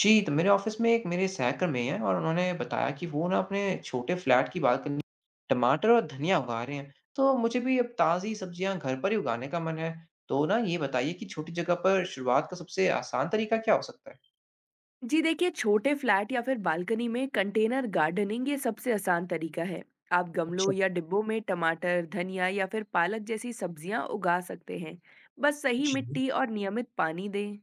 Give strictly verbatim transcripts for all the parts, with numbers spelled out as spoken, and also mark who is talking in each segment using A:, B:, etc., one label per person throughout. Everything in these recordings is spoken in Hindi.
A: जी, तो मेरे ऑफ़िस में एक मेरे सहकर्मी हैं और उन्होंने बताया कि वो ना अपने छोटे फ्लैट की बालकनी में टमाटर और धनिया उगा रहे हैं। तो मुझे भी अब ताज़ी सब्जियां घर पर ही उगाने का मन है। तो ना ये बताइए कि छोटी जगह पर शुरुआत का सबसे आसान तरीका क्या हो सकता है?
B: जी देखिए, छोटे फ्लैट या फिर बालकनी में कंटेनर गार्डनिंग ये सबसे आसान तरीका है। आप गमलों
A: अच्छा।
B: या डिब्बों में टमाटर, धनिया या फिर पालक जैसी सब्जियां उगा सकते हैं। बस सही
A: जी।
B: मिट्टी और नियमित पानी दें।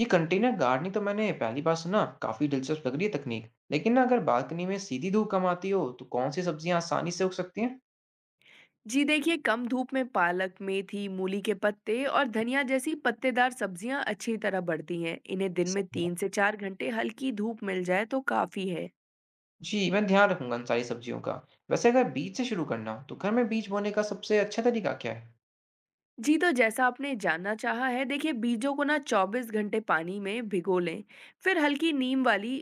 A: ये कंटेनर गार्डनिंग तो मैंने पहली बार सुना, काफ़ी दिलचस्प लग रही है तकनीक। लेकिन ना अगर बालकनी में सीधी धूप कम आती हो, तो कौन सी सब्जियां आसानी से उग सकती
B: जी देखिए, कम धूप में पालक, मेथी, मूली के पत्ते और धनिया जैसी पत्तेदार सब्जियां अच्छी तरह बढ़ती हैं। इन्हें दिन में
A: हैं?
B: तीन से चार घंटे हल्की धूप मिल जाए तो काफी है।
A: जी, मैं ध्यान रखूँगा इन सारी सब्जियों का। वैसे अगर बीज से शुरू करना हो, तो घर में बीज बोने का सबसे अच्छा तरीका क्या है?
B: जी, तो जैसा आपने जानना चाहा है, देखिए बीजों को ना चौबीस घंटे पानी में भिगो लें। फिर हल्की नीम वाली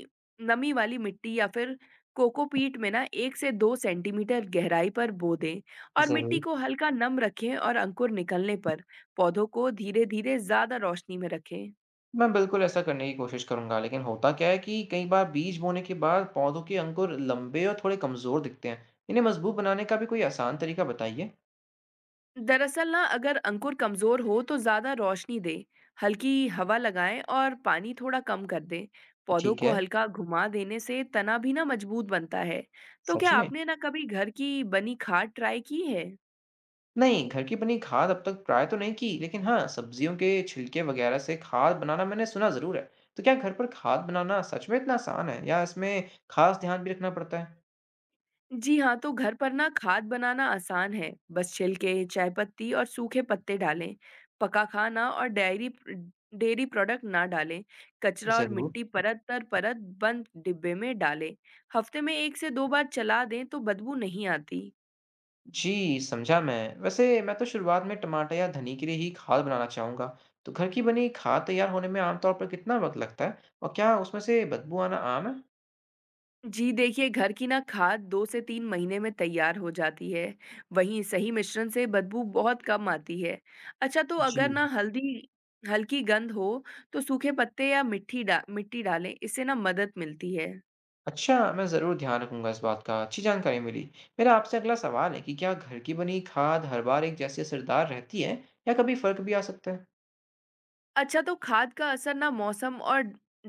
B: नमी वाली मिट्टी या फिर कोकोपीट में ना एक से दो सेंटीमीटर गहराई पर बो दें और मिट्टी
A: ज़रूर।
B: को हल्का नम रखें और अंकुर निकलने पर पौधों को धीरे-धीरे ज़्यादा रोशनी में रखें।
A: मैं बिल्कुल ऐसा करने की कोशिश करूँगा, लेकिन होता क्या है कि कई बार बीज बोने के बाद पौधों के अंकुर लंबे और थोड़े कमज़ोर दिखते हैं। इन्हें मज़बूत बनाने का भी कोई आसान तरीका बताइए।
B: दरअसल ना अगर अंकुर कमजोर हो तो ज्यादा रोशनी दे, हल्की हवा लगाएं और पानी थोड़ा कम कर दें। पौधों
A: ठीक
B: को
A: है।
B: हल्का घुमा देने से तना भी ना मजबूत बनता है। तो
A: सच
B: क्या
A: में?
B: आपने ना कभी घर की बनी खाद ट्राई की है?
A: नहीं, घर की बनी खाद अब तक ट्राई तो नहीं की, लेकिन हाँ, सब्जियों के छिलके वगैरह से खाद बनाना मैंने सुना ज़रूर है। तो क्या घर पर खाद बनाना सच में इतना आसान है या इसमें खास ध्यान भी रखना पड़ता है?
B: जी हाँ, तो घर पर ना खाद बनाना आसान है। बस छिलके, चायपत्ती और सूखे पत्ते डालें। पका खाना और डायरी डेयरी प्रोडक्ट ना डालें। कचरा और
A: ज़रूर।
B: मिट्टी परत दर परत बंद डिब्बे में डालें। हफ्ते में एक से दो बार चला दें तो बदबू नहीं आती।
A: जी, समझा मैं। वैसे मैं तो शुरुआत में टमाटर या धनी के लिए ही खाद बनाना चाहूँगा। तो घर की बनी खाद तैयार होने में आमतौर पर कितना वक़्त लगता है और क्या उसमें से बदबू आना आम है?
B: जी देखिए, घर की ना खाद दो से तीन महीने में तैयार हो जाती है। वहीं सही मिश्रण से बदबू बहुत कम आती है। अच्छा, तो
A: जी।
B: अगर ना हल्दी हल्की गंध हो तो सूखे पत्ते या मिट्टी डा मिट्टी डालें, इससे ना मदद मिलती है।
A: अच्छा, मैं ज़रूर ध्यान रखूंगा इस बात का। अच्छी जानकारी मिली। मेरा आपसे अगला सवाल है कि क्या घर की बनी खाद हर बार एक जैसी असरदार रहती है या कभी फ़र्क भी आ सकता है?
B: अच्छा, तो खाद का असर ना मौसम और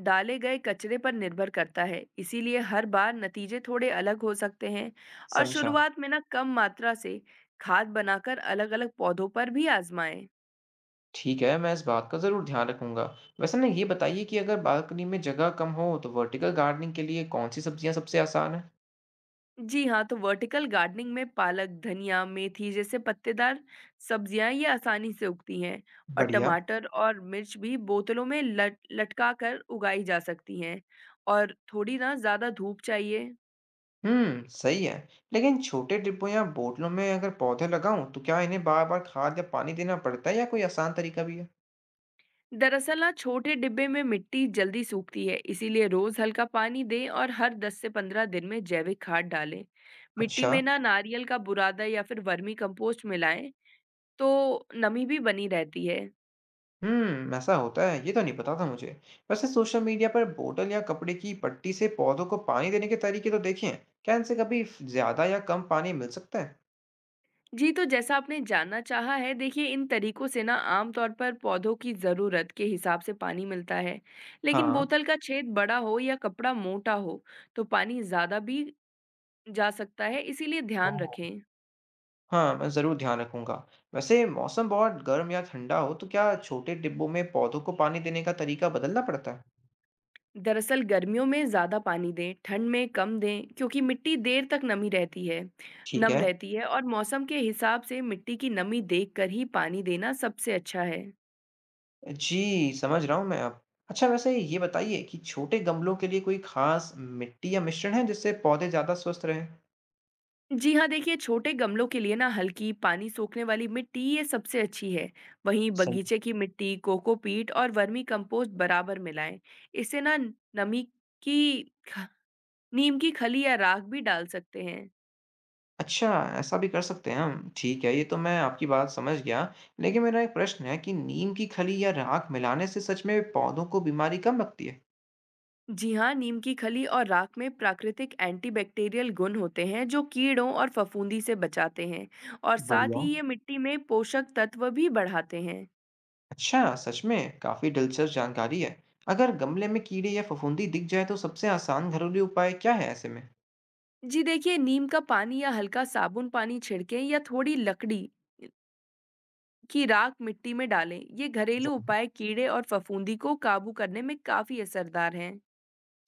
B: डाले गए कचरे पर निर्भर करता है, इसीलिए हर बार नतीजे थोड़े अलग हो सकते हैं। और
A: समझा।
B: शुरुआत में ना कम मात्रा से खाद बनाकर अलग-अलग पौधों पर भी आजमाएँ।
A: ठीक है, मैं इस बात का ज़रूर ध्यान रखूंगा। वैसे ना ये बताइए कि अगर बालकनी में जगह कम हो तो वर्टिकल गार्डनिंग के लिए कौन सी सब्जियां सबसे आसान है?
B: जी हाँ, तो वर्टिकल गार्डनिंग में पालक, धनिया, मेथी जैसे पत्तेदार सब्जियां ये आसानी से उगती हैं। और
A: बढ़िया।
B: टमाटर और मिर्च भी बोतलों में लट लटका कर उगाई जा सकती हैं और थोड़ी ना ज्यादा धूप चाहिए।
A: हुँ, सही है। लेकिन छोटे डिब्बों या बोतलों में अगर पौधे लगाऊँ, तो क्या इन्हें बार-बार खाद या पानी देना पड़ता है या कोई आसान तरीका भी है?
B: दरअसल ना छोटे डिब्बे में मिट्टी जल्दी सूखती है, इसीलिए रोज हल्का पानी दें और हर दस से पंद्रह दिन में जैविक खाद डालें। मिट्टी
A: अच्छा।
B: में ना नारियल का बुरादा या फिर वर्मी कंपोस्ट मिलाएं तो नमी भी बनी रहती है।
A: हुँ, ऐसा होता है, ये तो नहीं पता था मुझे। वैसे सोशल मीडिया पर बोतल या कपड़े की पट्टी से पौधों को पानी देने के तरीके तो देखे हैं। क्या इनसे कभी फ ज़्यादा या कम पानी मिल सकता है?
B: जी, तो जैसा आपने जानना चाहा है, देखिए इन तरीकों से ना आम तौर पर पौधों की ज़रूरत के हिसाब से पानी मिलता है। लेकिन
A: हाँ।
B: बोतल का छेद बड़ा हो या कपड़ा मोटा हो, तो पानी ज़्यादा भी जा सकता है, इसीलिए ध्यान
A: ओह!
B: रखें।
A: हाँ, मैं ज़रूर ध्यान रखूँगा। वैसे मौसम बहुत गर्म या ठंडा हो, तो क्या छोटे डिब्बों में पौधों को पानी देने का तरीका बदलना पड़ता है?
B: दरअसल गर्मियों में ज़्यादा पानी दें, ठंड में कम दें, क्योंकि मिट्टी देर तक नमी रहती है
A: ठीक
B: नम
A: है।
B: रहती है और मौसम के हिसाब से मिट्टी की नमी देखकर ही पानी देना सबसे अच्छा है।
A: जी, समझ रहा हूँ मैं अब। अच्छा वैसे ये बताइए कि छोटे गमलों के लिए कोई ख़ास मिट्टी या मिश्रण है जिससे पौधे ज़्यादा स्वस्थ रहें?
B: जी हाँ, देखिए छोटे गमलों के लिए ना हल्की पानी सोखने वाली मिट्टी ये सबसे अच्छी है। वहीं
A: सही।
B: बगीचे की मिट्टी, कोकोपीट और वर्मी कंपोस्ट बराबर मिलाएं। इससे ना नमी की ख- नीम की खली या राख भी डाल सकते हैं।
A: अच्छा, ऐसा भी कर सकते हैं हम। ठीक है, ये तो मैं आपकी बात समझ गया। लेकिन मेरा एक प्रश्न है कि नीम की खली या राख मिलाने से सच में पौधों को बीमारी कम लगती है?
B: जी हाँ, नीम की खली और राख में प्राकृतिक एंटीबैक्टीरियल गुण होते हैं जो कीड़ों और फफूंदी से बचाते हैं और साथ
A: बढ़िया।
B: ही ये मिट्टी में पोषक तत्व भी बढ़ाते हैं।
A: अच्छा, सच में काफ़ी दिलचस्प जानकारी है। अगर गमले में कीड़े या फफूंदी दिख जाए तो सबसे आसान घरेलू उपाय क्या है ऐसे में?
B: जी देखिए, नीम का पानी या हल्का साबुन पानी छिड़कें या थोड़ी लकड़ी की राख मिट्टी में डालें। ये घरेलू उपाय कीड़े और फफूंदी को काबू करने में काफी असरदार हैं।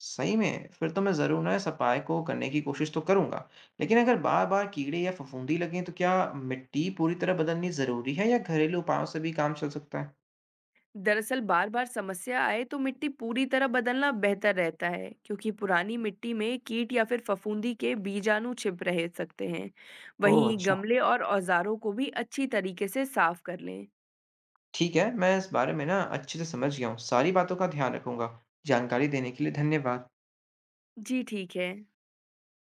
A: सही में? फिर तो मैं ज़रूर ना इस उपाय को करने की कोशिश तो करूँगा। लेकिन अगर बार-बार कीड़े या फफूंदी लगें तो क्या मिट्टी पूरी तरह बदलनी ज़रूरी है या घरेलू उपायों से भी काम चल सकता है?
B: दरअसल बार-बार समस्या आए तो मिट्टी पूरी तरह बदलना बेहतर रहता है, क्योंकि पुरानी मिट्टी में कीट या फिर फफूंदी के बीजाणु छिप रह सकते हैं।
A: ओह!
B: वहीं
A: अच्छा।
B: गमले और औजारों को भी अच्छी तरीके से साफ कर लें।
A: ठीक है, मैं इस बारे में ना अच्छे से समझ गया हूँ। सारी बातों का ध्यान रखूँगा। जानकारी देने के लिए धन्यवाद।
B: जी ठीक है।